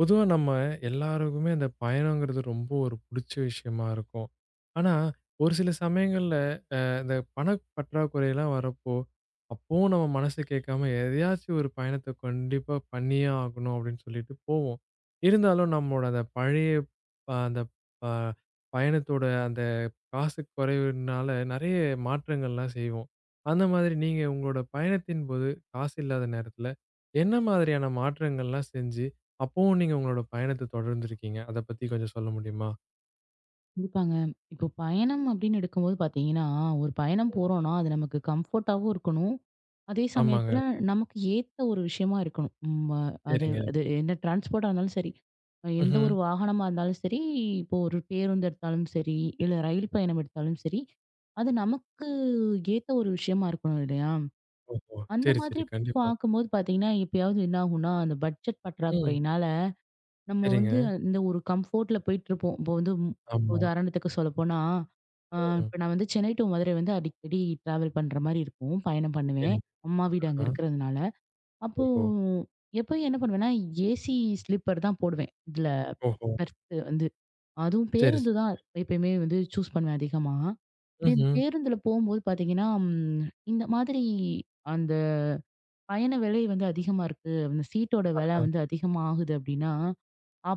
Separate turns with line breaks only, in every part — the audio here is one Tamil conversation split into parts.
பொதுவா நம்ம எல்லாருக்குமே அந்த பயணங்கிறது ரொம்ப ஒரு புடிச்ச விஷயமா இருக்கும். ஆனா, ஒரு சில சமயங்கள்ல இந்த பணப் பற்றாக்குறைலாம் வரப்போ, அப்பவும் நம்ம மனசு கேட்காம எதையாச்சும் ஒரு பயணத்த கண்டிப்பா பண்ணியே ஆகணும் அப்படின்னு சொல்லிட்டு போவோம். இருந்தாலும் நம்மோட அந்த பழைய அ அந்த அ பயணத்தோட அந்த காசு குறைவுனால நெறைய மாற்றங்கள்லாம் செய்வோம். அந்த மாதிரி நீங்க உங்களோட பயணத்தின் போது காசு இல்லாத நேரத்துல, என்ன மாதிரியான மாற்றங்கள்லாம் செஞ்சு, அப்பவும் நீங்க உங்களோட பயணத்த தொடர்ந்துருக்கீங்க? அத பத்தி கொஞ்சம் சொல்ல முடியுமா?
கண்டிப்பாங்க. இப்போ பயணம் அப்படின்னு எடுக்கும்போது பார்த்தீங்கன்னா, ஒரு பயணம் போறோம்னா, அது நமக்கு கம்ஃபர்ட்டாவும் இருக்கணும். அதே
ஆமாங்க.
சமயத்துல நமக்கு ஏத்த ஒரு விஷயமா இருக்கணும். ம் அ அது
சரிங்க.
அது என்ன டிரான்ஸ்போர்ட்டா இருந்தாலும் சரி, எந்த
ம்ஹ்ம்.
ஒரு வாகனமா இருந்தாலும் சரி, இப்போ ஒரு பேருந்து எடுத்தாலும் சரி, இல்ல ரயில் பயணம் எடுத்தாலும் சரி, அது நமக்கு ஏத்த ஒரு விஷயமா இருக்கணும் இல்லையா?
ஓஹோ!
அந்த
சரி,
மாதிரி
சரி. கண்டிப்பா.
பார்க்கும்போது பார்த்தீங்கன்னா, எப்பயாவது என்ன ஆகும்னா, அந்த பட்ஜெட்
ம்.
பற்றாக்குறையினால நம்ம வந்து
சரிங்க.
அந்த ஒரு கம்ஃபோர்ட்ல போயிட்டுருப்போம். இப்போ வந்து
ஆமா.
உதாரணத்துக்கு சொல்லப்போனா, அ
ம்.
இப்ப நான் வந்து சென்னை டூ மதுரை வந்து அடிக்கடி டிராவல் பண்ற மாரி இருக்கும். பயணம் பண்ணுவேன்.
சரிங்க.
அம்மா வீடு அங்க
ஆஹா.
இருக்கிறதுனால. அப்போ
ஓஹோ!
எப்பயும் என்ன பண்ணுவேன்னா, ஏசி ஸ்லீப்பர் தான் போடுவேன். இதுல
ஓஹோ!
பர்த் வந்து. அதுவும்
சரி,
பேருந்து
சரி.
தான் எப்பயுமே வந்து சூஸ் பண்ணுவேன் அதிகமா. இப்படி இந்த
ம்ஹ்ம்.
பேருந்துல போம்போது பார்த்தீங்கன்னா, இந்த மாதிரி அந்த பயண விலை வந்து அதிகமா இருக்கு. அந்த சீட்டோட விலை
ஆஹா.
வந்து அதிகமாகுது அப்படின்னா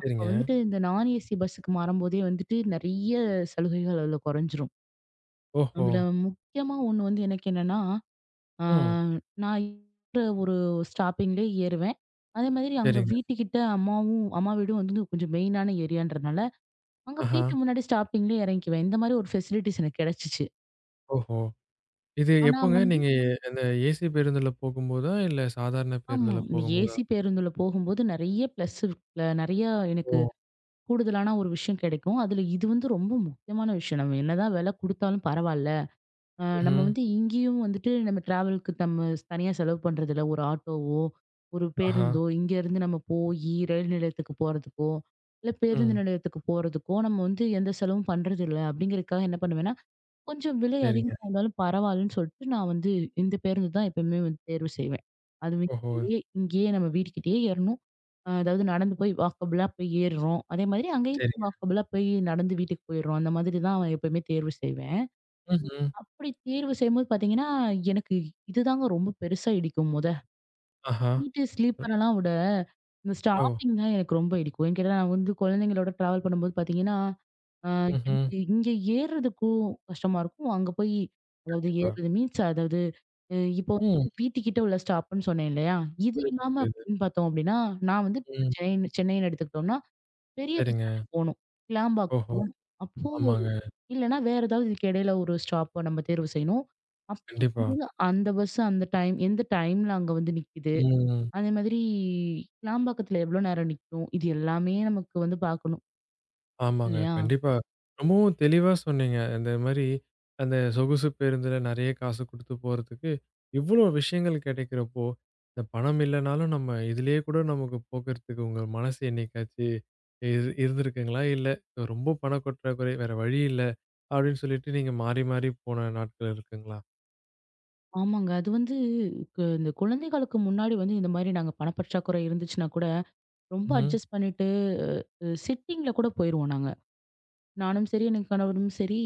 சரிங்க.
வந்துட்டு இந்த நான் ஏசி பஸ்ஸுக்கு மாறும்போதே வந்துட்டு நெறைய சலுகைகள் அதுல குறைஞ்சிரும்.
ஓஹோ!
அதுல முக்கியமா ஒண்ணு வந்து எனக்கு என்னன்னா, ஆ
ம்.
நான் இருக்கிற ஒரு ஸ்டாப்பிங்லயே ஏறுவேன். அதே மாதிரி அங்க
சரிங்க.
வீட்டுக்கிட்ட அம்மாவும் அம்மா வீடும் வந்து கொஞ்சம் மெயினான ஏரியான்றனால, அங்க
ஆஹா.
வீட்டு முன்னாடி ஸ்டாப்பிங்லயே இறங்கிக்குவேன். இந்த மாதிரி ஒரு ஃபெசிலிட்டிஸ் எனக்கு கிடைச்சுச்சு.
ஓஹோ! இது
ஆனா
எப்போங்க
வந்து
நீங்க அந்த ஏசி பேருந்துல போகும்போதா? இல்ல சாதாரண
ஆமா.
பேருந்துல
இந்த
போகும்போதா?
ஏசி பேருந்துல போகும்போது நெறைய பிளஸ் நெறைய எனக்கு
ஓ!
கூடுதலான ஒரு விஷயம் கிடைக்கும். அதுல இது வந்து ரொம்ப முக்கியமான விஷயம். நம்ம என்னதான் விலை குடுத்தாலும் பரவால்ல. நம்ம
ம்ஹ்ம்.
வந்து இங்கேயும் வந்துட்டு நம்ம டிராவலுக்கு நம்ம தனியா செலவு பண்றதில்ல. ஒரு ஆட்டோவோ, ஒரு
ஆஹா.
பேருந்தோ இங்கேருந்து நம்ம போயி ரயில் நிலையத்துக்கு போறதுக்கோ, இல்ல பேருந்து
ம்.
நிலையத்துக்கு போறதுக்கோ, நம்ம வந்து எந்த செலவும் பண்றதில்ல. அப்படிங்கிறதுக்காக என்ன பண்ணுவேன்னா, கொஞ்சம் விலை
சரிங்க.
அதிகமா இருந்தாலும் பரவாயில்லன்னு சொல்லிட்டு நான் வந்து இந்த பேருந்து தான் எப்பயுமே வந்து தேர்வு செய்வேன். அதுவும்
ஓஹோ!
இங்கேயே இங்கேயே நம்ம வீட்டுக்கிட்டேயே ஏறணும். அதாவது நடந்து போய் வாக்கபுளா போய் ஏறுறோம். அதே மாதிரி
சரிங்க.
அங்கேயும் வாக்கபுளா போய் நடந்து வீட்டுக்கு போயிடுறோம். அந்த மாதிரி தான் எப்பயுமே தேர்வு செய்வேன்.
ம்ஹ்ம்.
அப்படி தேர்வு செய்யும்போது பார்த்தீங்கன்னா, எனக்கு இதுதாங்க ரொம்ப பெருசா இடிக்கும் மொத.
ஆஹா.
நீட்டு, ஸ்லீப்பரெல்லாம் விட, இந்த
ஓ!
ஸ்டாப்பிங் தான் எனக்கு ரொம்ப இடிக்கும். ஏன்னு கேட்டா, நான் வந்து குழந்தைங்களோட ட்ராவல் பண்ணும்போது பார்த்தீங்கன்னா, அ
ம்ஹ்ம்.
எனக்கு இங்க ஏறுறதுக்கும் கஷ்டமா இருக்கும். அங்க போய் அதாவது
கண்டிப்பா.
ஏறுறது மீன்ஸ் அதாவது இப்போ
ம்.
வந்து வீட்டுக்கிட்ட உள்ள ஸ்டாப்புன்னு சொன்னேன் இல்லையா? இது
புரியுது,
இல்லாம
புரியுது.
அப்படின்னு பார்த்தோம் அப்படின்னா, நான் வந்து
ம்.
சென்னைன்னு எடுத்துக்கிட்டோம்னா, பெரிய பஸ்
சரிங்க.
ஸ்டாண்டுக்கு போணும். கிளாம்பாக்கம்
ஓஹோ!
போணும். அப்போ
ஆமாங்க.
இல்லன்னா, வேற ஏதாவது இதுக்கு இடையில ஒரு ஸ்டாப்ப நம்ம தேர்வு செய்யணும். அப்படி
கண்டிப்பா.
இருக்கும்போது அந்த பஸ் அந்த டைம் எந்த டைம்ல அங்க வந்து நிக்குது?
ம்.
அதே மாதிரி கிளாம்பாக்கத்துல எவ்வளோ நேரம் நிக்கும்? இது எல்லாமே நமக்கு வந்து பார்க்கணும்.
ஆமாங்க.
இல்லையா?
கண்டிப்பா. ரொம்பவும் தெளிவா சொன்னீங்க. இந்த மாரி அந்த சொகுசு பேருந்துல நெறைய காசு குடுத்து போறதுக்கு, இவ்ளோ விஷயங்கள் கெடைக்கிறப்போ, இந்த பணம் இல்லனாலும் நம்ம இதுலயே கூட நமக்கு போக்குறதுக்கு உங்க மனசு என்னைக்காச்சு இருந்திருக்குங்களா? இல்ல ரொம்ப பண பற்றாக்குறை வேற வழி இல்ல அப்படின்னு சொல்லிட்டு நீங்க மாறி மாறி போன நாட்கள் இருக்குங்களா?
ஆமாங்க. அது வந்து இந்த குழந்தைகளுக்கு முன்னாடி வந்து இந்த மாரி நாங்க பணப்பற்றாக்குறை இருந்துச்சுன்னா கூட, ரொம்ப
ம்.
அட்ஜஸ்ட் பண்ணிட்டு சிட்டிங்ல கூட போயிருவோம் நாங்க. நானும் சரி, என் கணவரும் சரி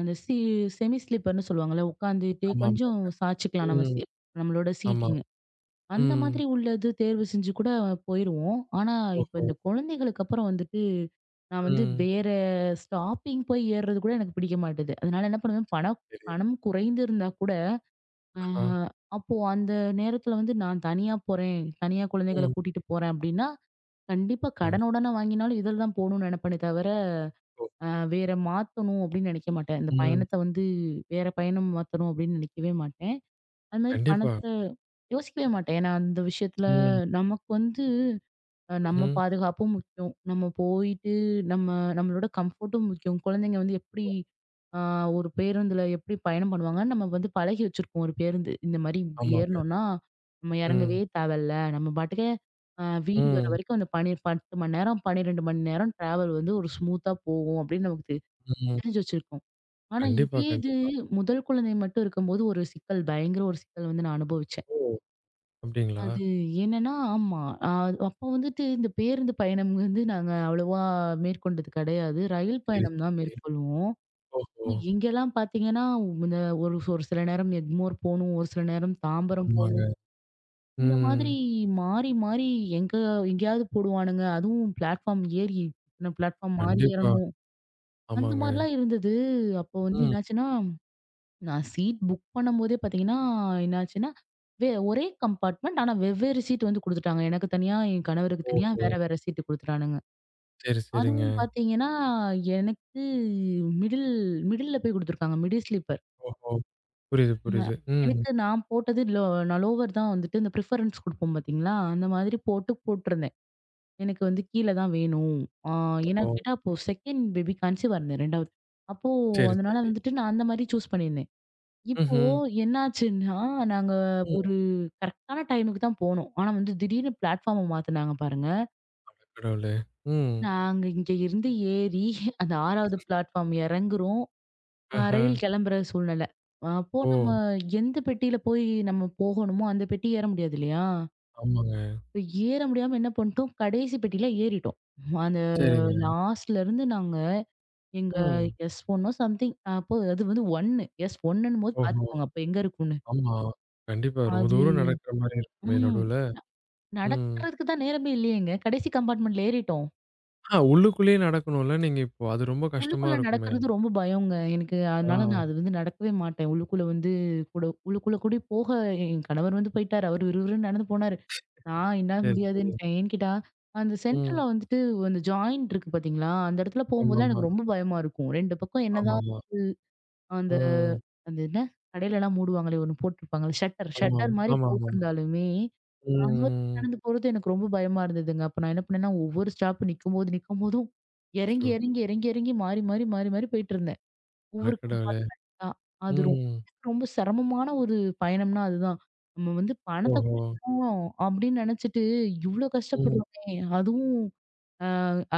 அந்த சி செமி ஸ்லீப்பர்ன்னு சொல்லுவாங்கல்ல. உட்காந்துட்டு
ஆமாமா.
கொஞ்சம் சாய்ச்சுக்கலாம்
ம்.
நம்மளோட
ஆமா.
சீட்டிங்க. அந்த
ம்.
மாதிரி உள்ளது தேர்வு செஞ்சு கூட போயிருவோம். ஆனா, இப்ப
ஓஹோ!
இந்த குழந்தைகளுக்கு அப்புறம் வந்துட்டு, நான் வந்து
ம்.
வேற ஸ்டாப்பிங் போய் ஏறுறது கூட எனக்கு பிடிக்க மாட்டேது. அதனால என்ன பண்ணுவேன், பணம்
சரி.
பணம் குறைந்து இருந்தா கூட, அ
ஆஹா.
அப்போ அந்த நேரத்துல வந்து நான் தனியா போறேன், தனியா குழந்தைகள
ம்.
கூட்டிட்டு போறேன் அப்படின்னா, கண்டிப்பா கடன்
கண்டிப்பா.
உடனே வாங்கினாலும் இதில தான் போணும்னு நினைப்பேனே தவிர, அ வேற மாத்தணும் அப்படின்னு நினைக்க மாட்டேன். இந்த
ம்.
பயணத்த வந்து வேற பயணம் மாத்தணும் அப்படின்னு நினைக்கவே மாட்டேன். அது மாரி
கண்டிப்பா.
பணத்த யோசிக்கவே மாட்டேன். ஏன்னா, அந்த விஷயத்துல
ம்.
நமக்கு வந்து நம்ம
ம்ஹ்ம்.
பாதுகாப்பும் முக்கியம். நம்ம போயிட்டு நம்ம நம்மளோட கம்ஃபோர்ட்டும் முக்கியம். குழந்தைங்க வந்து எப்படி ஆ ஒரு பேருந்துல எப்படி பயணம் பண்ணுவாங்கன்னு நம்ம வந்து பழகி வச்சிருக்கோம் ஒரு பேருந்து. இந்த மாரி இப்படி
ஆமாங்க.
ஏறணும்னா, நம்ம இறங்கவே
ம்.
தேவையில்ல. நம்ம பாட்டுக்கு வீடு வர
ம்.
வரைக்கும் அந்த பனி 10 மணி நேரம், 12 மணி நேரம் ட்ராவல் வந்து ஒரு ஸ்மூத்தா போகும் அப்படின்னு நமக்கு
ம்.
தெரிஞ்சு வச்சிருக்கோம். ஆனா,
கண்டிப்பா,
இதே
கண்டிப்பா.
முதல் குழந்தை மட்டும் இருக்கும்போது ஒரு சிக்கல், பயங்கர ஒரு சிக்கல் வந்து நான் அனுபவிச்சேன்.
ஓ! அப்டிங்களா?
அது என்னன்னா ஆமா. அ அப்போ வந்துட்டு இந்த பேருந்து பயணம் வந்து நாங்க அவ்வளவா மேற்கொண்டது கிடையாது. ரயில்
சரி,
பயணம் தான்
சரி.
மேற்கொள்வோம்.
ஓஹோ!
இங்கெல்லாம் பார்த்தீங்கன்னா, இந்த ஒரு ஒரு சில நேரம் எக்மோர் போணும், ஒரு சில நேரம் தாம்பரம் போணும்.
ஆமாங்க.
இந்த மாதிரி
ம்.
மாறி மாறி எங்க எங்கேயாவது போடுவானுங்க. அதுவும் பிளாட்ஃபார்ம் ஏறி பிளாட்ஃபார்ம் மாறி
கண்டிப்பா.
ஏறணும். அந்த
ஆமாங்க.
மாரிலாம் இருந்தது. அப்போ வந்து
ம்.
என்னாச்சுன்னா நான் சீட் புக் பண்ணும்போதே பார்த்தீங்கன்னா, என்னாச்சுன்னா, ஒரே கம்பார்ட்மெண்ட். ஆனா வெவ்வேறு சீட் வந்து குடுத்துட்டாங்க. எனக்கு தனியா, என் கணவருக்கு தனியா
ஓஹோ!
வேற, வேற சீட்டு குடுத்துட்டானுங்க.
சரி, சரிங்க.
அதுவும் பார்த்தீங்கன்னா, எனக்கு மிடில் மிடில்ல போய் குடுத்துருக்காங்க. Middle sleeper.
ஓஹோ! புரியுது,
ந
புரியுது. ம்.
எனக்கு நான் போட்டது லோ நான் லோவர் தான் வந்துட்டு இந்த ப்ரிஃபரன்ஸ் குடுப்போம் பார்த்தீங்களா? அந்த மாதிரி போட்டு போட்டிருந்தேன். எனக்கு வந்து கீழ தான் வேணும். ஆ ஏன்னா
ஓஹோ!
கேட்டா, அப்போ செகண்ட் பேபி கன்சீவா இருந்தேன் 2வது. அப்போ
சரி,
அதனால
சரி.
வந்துட்டு நான் அந்த மாரி சூஸ் பண்ணியிருந்தேன். இப்போ
ம்ஹ்ம்.
என்னாச்சுன்னா, நாங்க
ம்.
ஒரு கரெக்ட்டான டைமுக்கு தான் போனோம். ஆனா வந்து திடீர்னு பிளாட்ஃபார்ம மாத்துனாங்க பாருங்க.
அட கடவுளே! ம்.
நாங்க இங்க இருந்து ஏறி அந்த 6வது பிளாட்ஃபார்ம் இறங்குறோம்.
ஆஹா!
ரயில் கிளம்புற சூழ்நிலை. அப்போ
ஓ!
நம்ம எந்த பெட்டியில போய் போகணுமோ, அந்த பெட்டி ஏற முடியாது இல்லையா?
ஆமாங்க.
இப்ப ஏற முடியாம என்ன பண்ணிட்டோம், கடைசி பெட்டியில ஏறிட்டோம். அந்த
சரிங்க.
லாஸ்ட்ல இருந்து நாங்க எங்க
ம்.
எஸ் ஒன்னோ சம்திங் அப்போ அது வந்து 1 எஸ் 1ன்னும் போது
ஓஹோ!
பார்த்துக்கோங்க அப்ப எங்க இருக்கும்னு.
ஆமா. கண்டிப்பா. ரொம்ப
அது
தூரம் நடக்குற மாரி இருக்குமே
ம்.
நடுவுல. ம்.
நடக்கிறதுக்கு தான் நேரமே இல்லையேங்க. கடைசி கம்பார்ட்மெண்ட்ல ஏறிட்டோம்.
உள்ளுக்குள்ளேயே நடக்கணும்ல நீங்க இப்போ. அது ரொம்ப கஷ்டமா
உள்ளுக்குள்ள
இருக்குமே!
நடக்கிறது ரொம்ப பயம்ங்க எனக்கு.
ஆ
அதனால நான் அது வந்து நடக்கவே மாட்டேன். உள்ளுக்குள்ள வந்து கூட உள்ளுக்குள்ள கூடி போக என் கணவர் வந்து போயிட்டாரு. அவரு விறுவிறுன்னு நடந்து போனாரு. நான் என்னால
சரி, சரி.
முடியாதுன்ட்டேன். ஏன்னு கேட்டா, அந்த
ம்.
சென்டர்ல வந்துட்டு அந்த ஜாயிண்ட் இருக்கு பார்த்தீங்களா? அந்த இடத்துல போம்போதெல்லாம்
ஆமாமா.
எனக்கு ரொம்ப பயமா இருக்கும். 2 பக்கம் என்னதான்
ஆமாமா.
அந்த
ம்.
அந்த என்ன கடையிலலாம் மூடுவாங்களே ஒண்ணு போட்டுருப்பாங்கல்ல ஷட்டர்
ஆமாமா.
ஷட்டர் மாரி
ஆமாமா.
போட்டிருந்தாலுமே
ம்,
அங்க வரைக்கும்
ம்.
நடந்து போறது எனக்கு ரொம்ப பயமா இருந்ததுங்க. அப்ப நான் என்ன பண்ணேன்னா, ஒவ்வொரு ஸ்டாப் நிக்கும்போது, நிக்கும்போதும் இறங்கி,
அச்சச்சோ!
இறங்கி, இறங்கி, இறங்கி மாறி, மாறி, மாறி, மாறி போயிட்டுருந்தேன். ஒவ்வொரு
அடக்கடவுளே!
கம்பார்ட்மெண்ட்டா. அது ரொம்ப
ம்.
ரொம்ப சிரமமான ஒரு பயணம்னா அதுதான். நம்ம வந்து பணத்த
ஓஹோ!
குறைக்கணும் அப்படின்னு நெனச்சுட்டு, இவ்ளோ
ம்.
கஷ்டப்படுறோமே! அதுவும் அ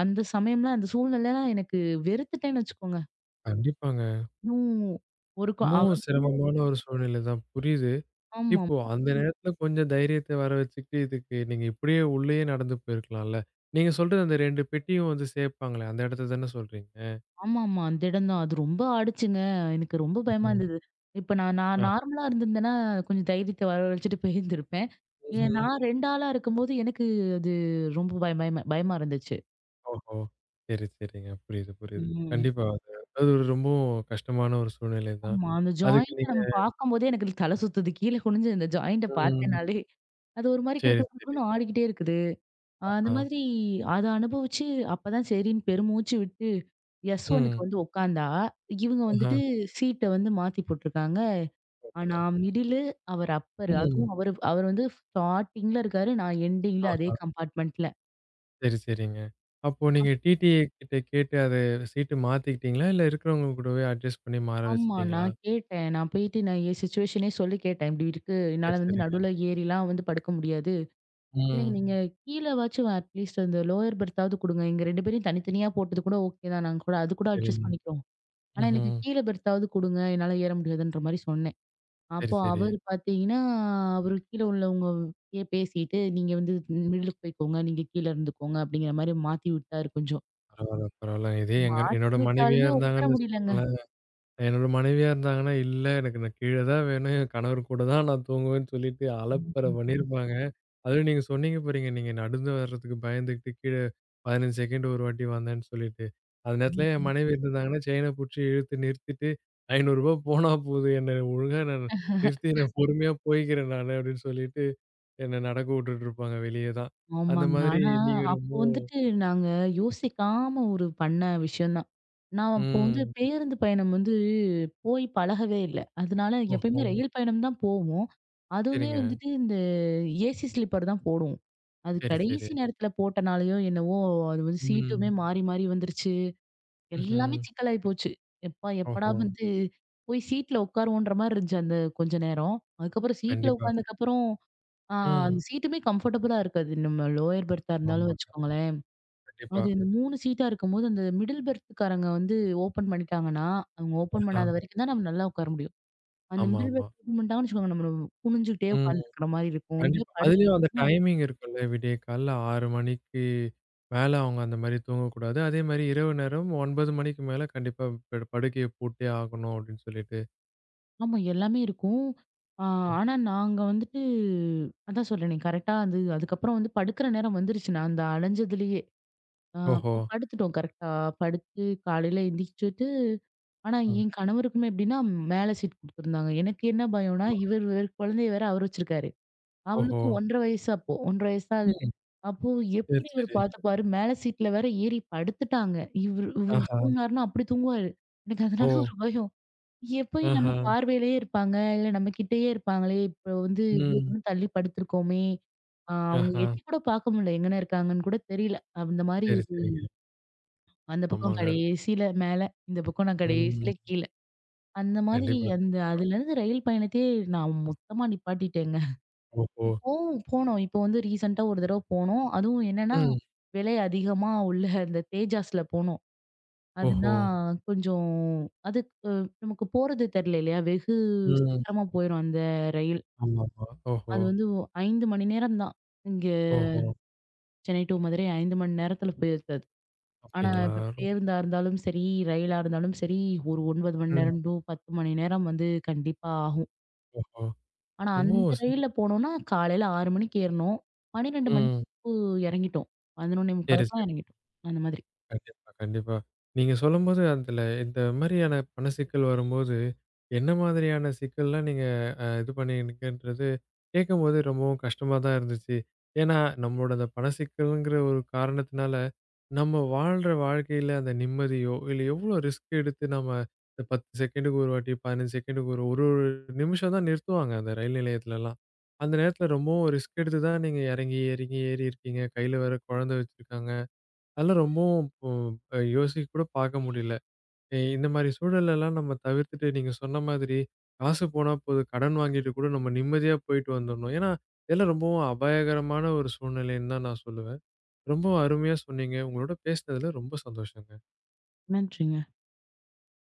அந்த சமயம்லாம் அந்த சூழ்நிலைலாம் எனக்கு வெறுத்துட்டேன்னு வச்சுக்கோங்க.
கண்டிப்பாங்க.
இன்னும் ஒரு க அவ
ரொம்பவும்
வந்து
சிரமமான ஒரு சூழ்நிலை தான் புரியுது.
ஆமா.
இப்போ அந்த நேரத்துல கொஞ்சம் தைரியத்த வர வச்சுக்கிட்டு, இதுக்கு நீங்க இப்படியே உள்ளயே நடந்து போயிருக்கலாம்ல. நீங்க சொல்றது அந்த 2 பெட்டியும் வந்து சேர்ப்பாங்களே, அந்த இடத்த தானே சொல்றீங்க?
ஆமாமா. அந்த இடம் தான். அது ரொம்ப ஆடுச்சுங்க. எனக்கு ரொம்ப பயமா
ம்ஹ்ம்.
இருந்தது. இப்ப நான் நான்
ஆ.
நார்மலா இருந்திருந்தேன்னா, கொஞ்சம் தைரியத்த வரவழைச்சுட்டு போயிருந்திருப்பேன்.
ம்ஹ்ம்.
நான் 2 ஆளா இருக்கும்போது எனக்கு அது ரொம்ப பயமா பயமா இருந்துச்சு.
ஓஹோ! சரி, சரிங்க. புரியுது, புரியுது.
ம்.
கண்டிப்பா. அது அது ஒரு ரொம்பவும் கஷ்டமான ஒரு சூழ்நிலை தான்.
ஆமா. அந்த
அதுக்கு
ஜாயிண்ட்ட
நீங்க
நம்ம பார்க்கும்போதே எனக்கு தலை சுத்துது. கீழ குனிஞ்சு அந்த ஜாயிண்ட்ட
ம்.
பார்த்தேனாலே, அது ஒரு மாரி கிடு
சரி,
கிடு
சரி.
கிடுன்னு ஆடிக்கிட்டே இருக்குது. அந்த
ஆஹா.
மாதிரி அத அனுபவிச்சு, அப்பதான் சரின்னு பெருமூச்சு விட்டு எஸ்
ம்.
ஒன்னுக்கு வந்து உட்காந்தா, இவங்க
ஆஹா.
வந்துட்டு சீட்ட வந்து மாத்தி போட்டுருக்காங்க.
ஓஹோ!
நான் மிடிலு, அவர் அப்பரு.
ம்.
அதுவும் அவர் வந்து ஸ்டார்ட்டிங்ல இருக்காரு. நான் எண்டிங்ல அதே
ஆஹா.
கம்பார்ட்மெண்ட்ல.
சரி, சரிங்க. அப்போ நீங்க டிடிஏ கிட்ட கேட்டு அத சீட்டு மாத்திக்கிட்டீங்களா? இல்ல இருக்கிறவங்க கூடவே அட்ஜஸ்ட் பண்ணி மாற
ஆமா.
வச்சுட்டீங்களா?
நான் கேட்டேன். நான் போயிட்டு என் சிச்சுவேஷனே சொல்லி கேட்டேன். "இப்படி இருக்கு.
சரி,
என்னால வந்து
சரிங்க.
நடுவுல ஏறிலாம் வந்து படுக்க முடியாது. எனக்கு
ம்.
நீங்க கீழவாச்சும் அட்லீஸ்ட் அந்த லோயர் பெர்த்தாவது குடுங்க. எங்க 2 பேரையும் தனித்தனியா போட்டது கூட ஓகே தான். நாங்க கூட அது கூட
சரிங்க.
அட்ஜஸ்ட் பண்ணிக்கிறோம். ஆனா எனக்கு
ம்ஹ்ம்.
கீழ பெர்த்தாவது குடுங்க. என்னால ஏற முடியாதுன்ற மாரி சொன்னேன்."
சரி,
அப்போ
சரி.
அவரு பார்த்தீங்கன்னா, கீழ உள்ளவங்க கிட்ட பேசிட்டு, "நீங்க வந்து மிடிலுக்கு போய்க்கோங்க. நீங்க கீழ இருந்துக்கோங்க." அப்படிங்கிற மாரி மாத்தி விட்டாரு கொஞ்சம்.
பரவால்ல, பரவால்ல. இதே எங்க
மாத்தி
என்னோட மனைவியா
விட்டாலுமே உட்கார
இருந்தாங்கன்னு
முடியலங்க.
வச்சுக்கோங்களேன் என்னோட மனைவியா இருந்தாங்கன்னா, "இல்ல எனக்கு நான் கீழ தான் வேணும். என் கணவர் கூட தான் நான் தூங்குவேன்னு" சொல்லிட்டு அலப்பற பண்ணியிருப்பாங்க. அதுவும் நீங்க சொன்னீங்க பாருங்க, நீங்க நடந்து வர்றதுக்கு பயந்துகிட்டு கீழ 15 செகண்ட் ஒரு வாட்டி வந்தேன்னு சொல்லிட்டு. அந்த நேரத்துல என் மனைவி இருந்திருந்தாங்கன்னா, செயின புடிச்சு இழுத்து நிறுத்திட்டு, "ரூ. 500 போனா போது, என்ன ஒழுங்கா நான் நிறுத்தி நான் பொறுமையா போய்க்கிறேன் நானு" அப்படின்னு சொல்லிட்டு என்ன நடக்க விட்டுட்டு இருப்பாங்க வெளிய தான். அந்த
ஆமாங்க.
மாதிரி
ஆனா,
நீங்க ரொம்ப
அப்போ வந்துட்டு நாங்க யோசிக்காம ஒரு பண்ண விஷயம் தான். நான் அப்போ வந்து
ம்.
பேருந்து பயணம் வந்து போய் பழகவே இல்ல. அதனால
ஓஹோ!
எப்பயுமே ரயில் பயணம் தான் போவோம். அதுவுமே
சரிங்க.
வந்துட்டு இந்த ஏசி ஸ்லீப்பர் தான் போடுவோம். அது
சரி, சரி.
கடைசி நேரத்துல போட்டனாலயோ என்னவோ, அது வந்து சீட்டுமே
ம்.
மாறி மாறி வந்துருச்சு. எல்லாமே
ம்ஹ்ம்.
சிக்கலாயி போச்சு. எப்பா எப்படா
ஓஹோ!
வந்து போய் சீட்ல உட்காருவோன்ற மாரி இருந்துச்சு அந்த கொஞ்ச நேரம். அதுக்கப்புறம் சீட்ல
கண்டிப்பா.
உட்கார்ந்ததுக்கப்புறம் ஆ அந்த
ம்.
சீட்டுமே கம்ஃபர்டபுளா இருக்காது. நம்ம லோயர் பெர்த்தா இருந்தாலும்
ஆமாங்க.
வச்சுக்கோங்களேன்.
கண்டிப்பா.
அது இந்த 3 சீட்டா இருக்கும்போது, அந்த மிடில் பெர்த்துக்காரங்க வந்து ஓப்பன் பண்ணிட்டாங்கன்னா, அவங்க ஓப்பன்
ஆஹா.
பண்ணாத வரைக்கும் தான் நம்ம நல்லா உட்கார முடியும். அந்த
ஆமா,
மிடில்
ஆமா.
பெர்த் ஓப்பன் பண்ணிட்டாங்கன்னு வச்சுக்கோங்க, நம்ம குனிஞ்சுகிட்டே
ம்.
உட்காந்துருக்கிற மாரி இருக்கும். இல்ல
கண்டிப்பா.
படுத்து
அதுலயும் அந்த டைமிங் இருக்குல்ல. விடிய காலைல 6 மணிக்கு மேல அவங்க அந்த மாரி தூங்கக்கூடாது. அதே மாரி இரவு நேரம் 9 மணிக்கு மேல கண்டிப்பா படு படுக்கைய பூட்டியே ஆகணும் அப்படின்னு சொல்லிட்டு.
ஆமா எல்லாமே இருக்கும். ஆ
ம்.
ஆனா நாங்க வந்துட்டு அதான் சொல்றேனே கரெக்ட்டா அதுக்கப்புறம் வந்து படுக்கிற நேரம் வந்துருச்சு. நான் அந்த அலைஞ்சதுலயே
ஓஹோ!
அப்போ படுத்துட்டோம் கரெக்ட்டா. படுத்து காலையில எந்திரிச்சுட்டு ஆனா
ம்.
என் கணவருக்குமே எப்படின்னா, மேல சீட் குடுத்துருந்தாங்க. எனக்கு என்ன பயம்னா,
ஆமா.
இவர் வேற குழந்தைய வேற அவர் வச்சிருக்காரு.
ஓஹோ!
அவளுக்கும் 1½ வயசு அப்போ. 1½ வயசு தான் ஆகுது.
ம்.
அப்போ
சரி,
எப்படி இவர்
சரி.
பார்த்துப்பாரு, மேல சீட்ல வேற ஏறி படுத்துட்டாங்க. இவரு இவரு
ஆஹா.
தூங்குனாருன்னா அப்படி தூங்குவாரு. எனக்கு
ஓ!
அதனால ஒரு பயம். எப்பயும் நம்ம
ஆஹா.
பார்வையிலேயே இருப்பாங்க, இல்ல நம்ம கிட்டயே இருப்பாங்களே, இப்போ வந்து இவ்வளோ
ம்.
தூரம் தள்ளி படுத்துருக்கோமே, அவங்க
ஆஹா.
எட்டி கூட பார்க்க முடியல. எங்கன இருக்காங்கன்னு கூட தெரியல. அந்த மாரி
சரி, சரிங்க.
அந்த பக்கம்
ஆமாங்க.
கடைசியில மேல, இந்த பக்கம் நான் கடைசியில
ம்.
கீழ. அந்த மாதிரி
கண்டிப்பா.
அதுலேருந்து ரயில் பயணத்தையே நான் மொத்தமா நிப்பாட்டிட்டேங்க.
ஓஹோ!
போவோம் போனோம். இப்போ வந்து ரீசென்ட்டா ஒரு தடவ போனோம். அதுவும் என்னன்னா,
ம்.
விலை அதிகமா உள்ள அந்த தேஜாஸ்ல போனோம். அதுனா
ஓஹோ!
கொஞ்சம் அதுக்கு நமக்கு போறது தெரியல இல்லையா? வெகு
ம்.
சீக்கிரமா போயிரும் அந்த ரயில்.
ஆமாமா. ஓஹோ!
அது வந்து 5 மணி நேரம் தான். இங்க
ஓஹோ!
சென்னை டூ மதுரை 5 மணி நேரத்தில போயிருது. ஆனா,
அப்டிங்களா?
இப்ப பேருந்தா இருந்தாலும் சரி, ரயிலா இருந்தாலும் சரி, ஒரு 9 மணி
ம்.
நேரம் டூ 10 மணி நேரம் வந்து கண்டிப்பா ஆகும்.
ஓஹோ!
ஆனா, அந்த
ரொம்பவும் ஸ்
ரயில்ல போனோம்னா காலையில 6 மணிக்கு ஏறுனோம். 12
ம்.
மணிக்கு இறங்கிட்டோம்.
சரி,
11:45க்கு
சரி.
தான் இறங்கிட்டோம். அந்த மாதிரி.
கண்டிப்பா, கண்டிப்பா. நீங்க சொல்லும்போது அதுல இந்த மாரியான பண சிக்கல் வரும்போது, என்ன மாதிரியான சிக்கல்லாம் நீங்க இது பண்ணியிருக்கன்றது கேட்கும்போது ரொம்பவும் கஷ்டமா தான் இருந்துச்சு. ஏன்னா, நம்மளோட அந்த பண சிக்கல்ங்கிற ஒரு காரணத்தினால நம்ம வாழ்ற வாழ்க்கையில அந்த நிம்மதியோ, இல்ல எவ்ளோ ரிஸ்க் எடுத்து நம்ம இந்த 10 செகண்டுக்கு ஒரு வாட்டி, 15 செகண்டுக்கு ஒரு ஒரு ஒரு நிமிஷம் தான் நிறுத்துவாங்க அந்த ரயில் நிலையத்துலலாம். அந்த நேரத்துல ரொம்பவும் ரிஸ்க் எடுத்து தான் நீங்க இறங்கி, இறங்கி ஏறி இருக்கீங்க. கையில வேற குழந்தை வச்சிருக்காங்க. அதெல்லாம் ரொம்பவும் இப்போ யோசிக்க கூட பாக்க முடியல. இந்த மாரி சூழலெல்லாம் நம்ம தவிர்த்துட்டு நீங்க சொன்ன மாதிரி காசு போனா போதும், கடன் வாங்கிட்டு கூட நம்ம நிம்மதியா போயிட்டு வந்துரணும். ஏன்னா, இதெல்லாம் ரொம்பவும் அபாயகரமான ஒரு சூழ்நிலைன்னு தான் நான் சொல்லுவேன். ரொம்ப அருமையா சொன்னீங்க. உங்களோட பேசினதுல ரொம்ப சந்தோஷங்க.
நன்றி.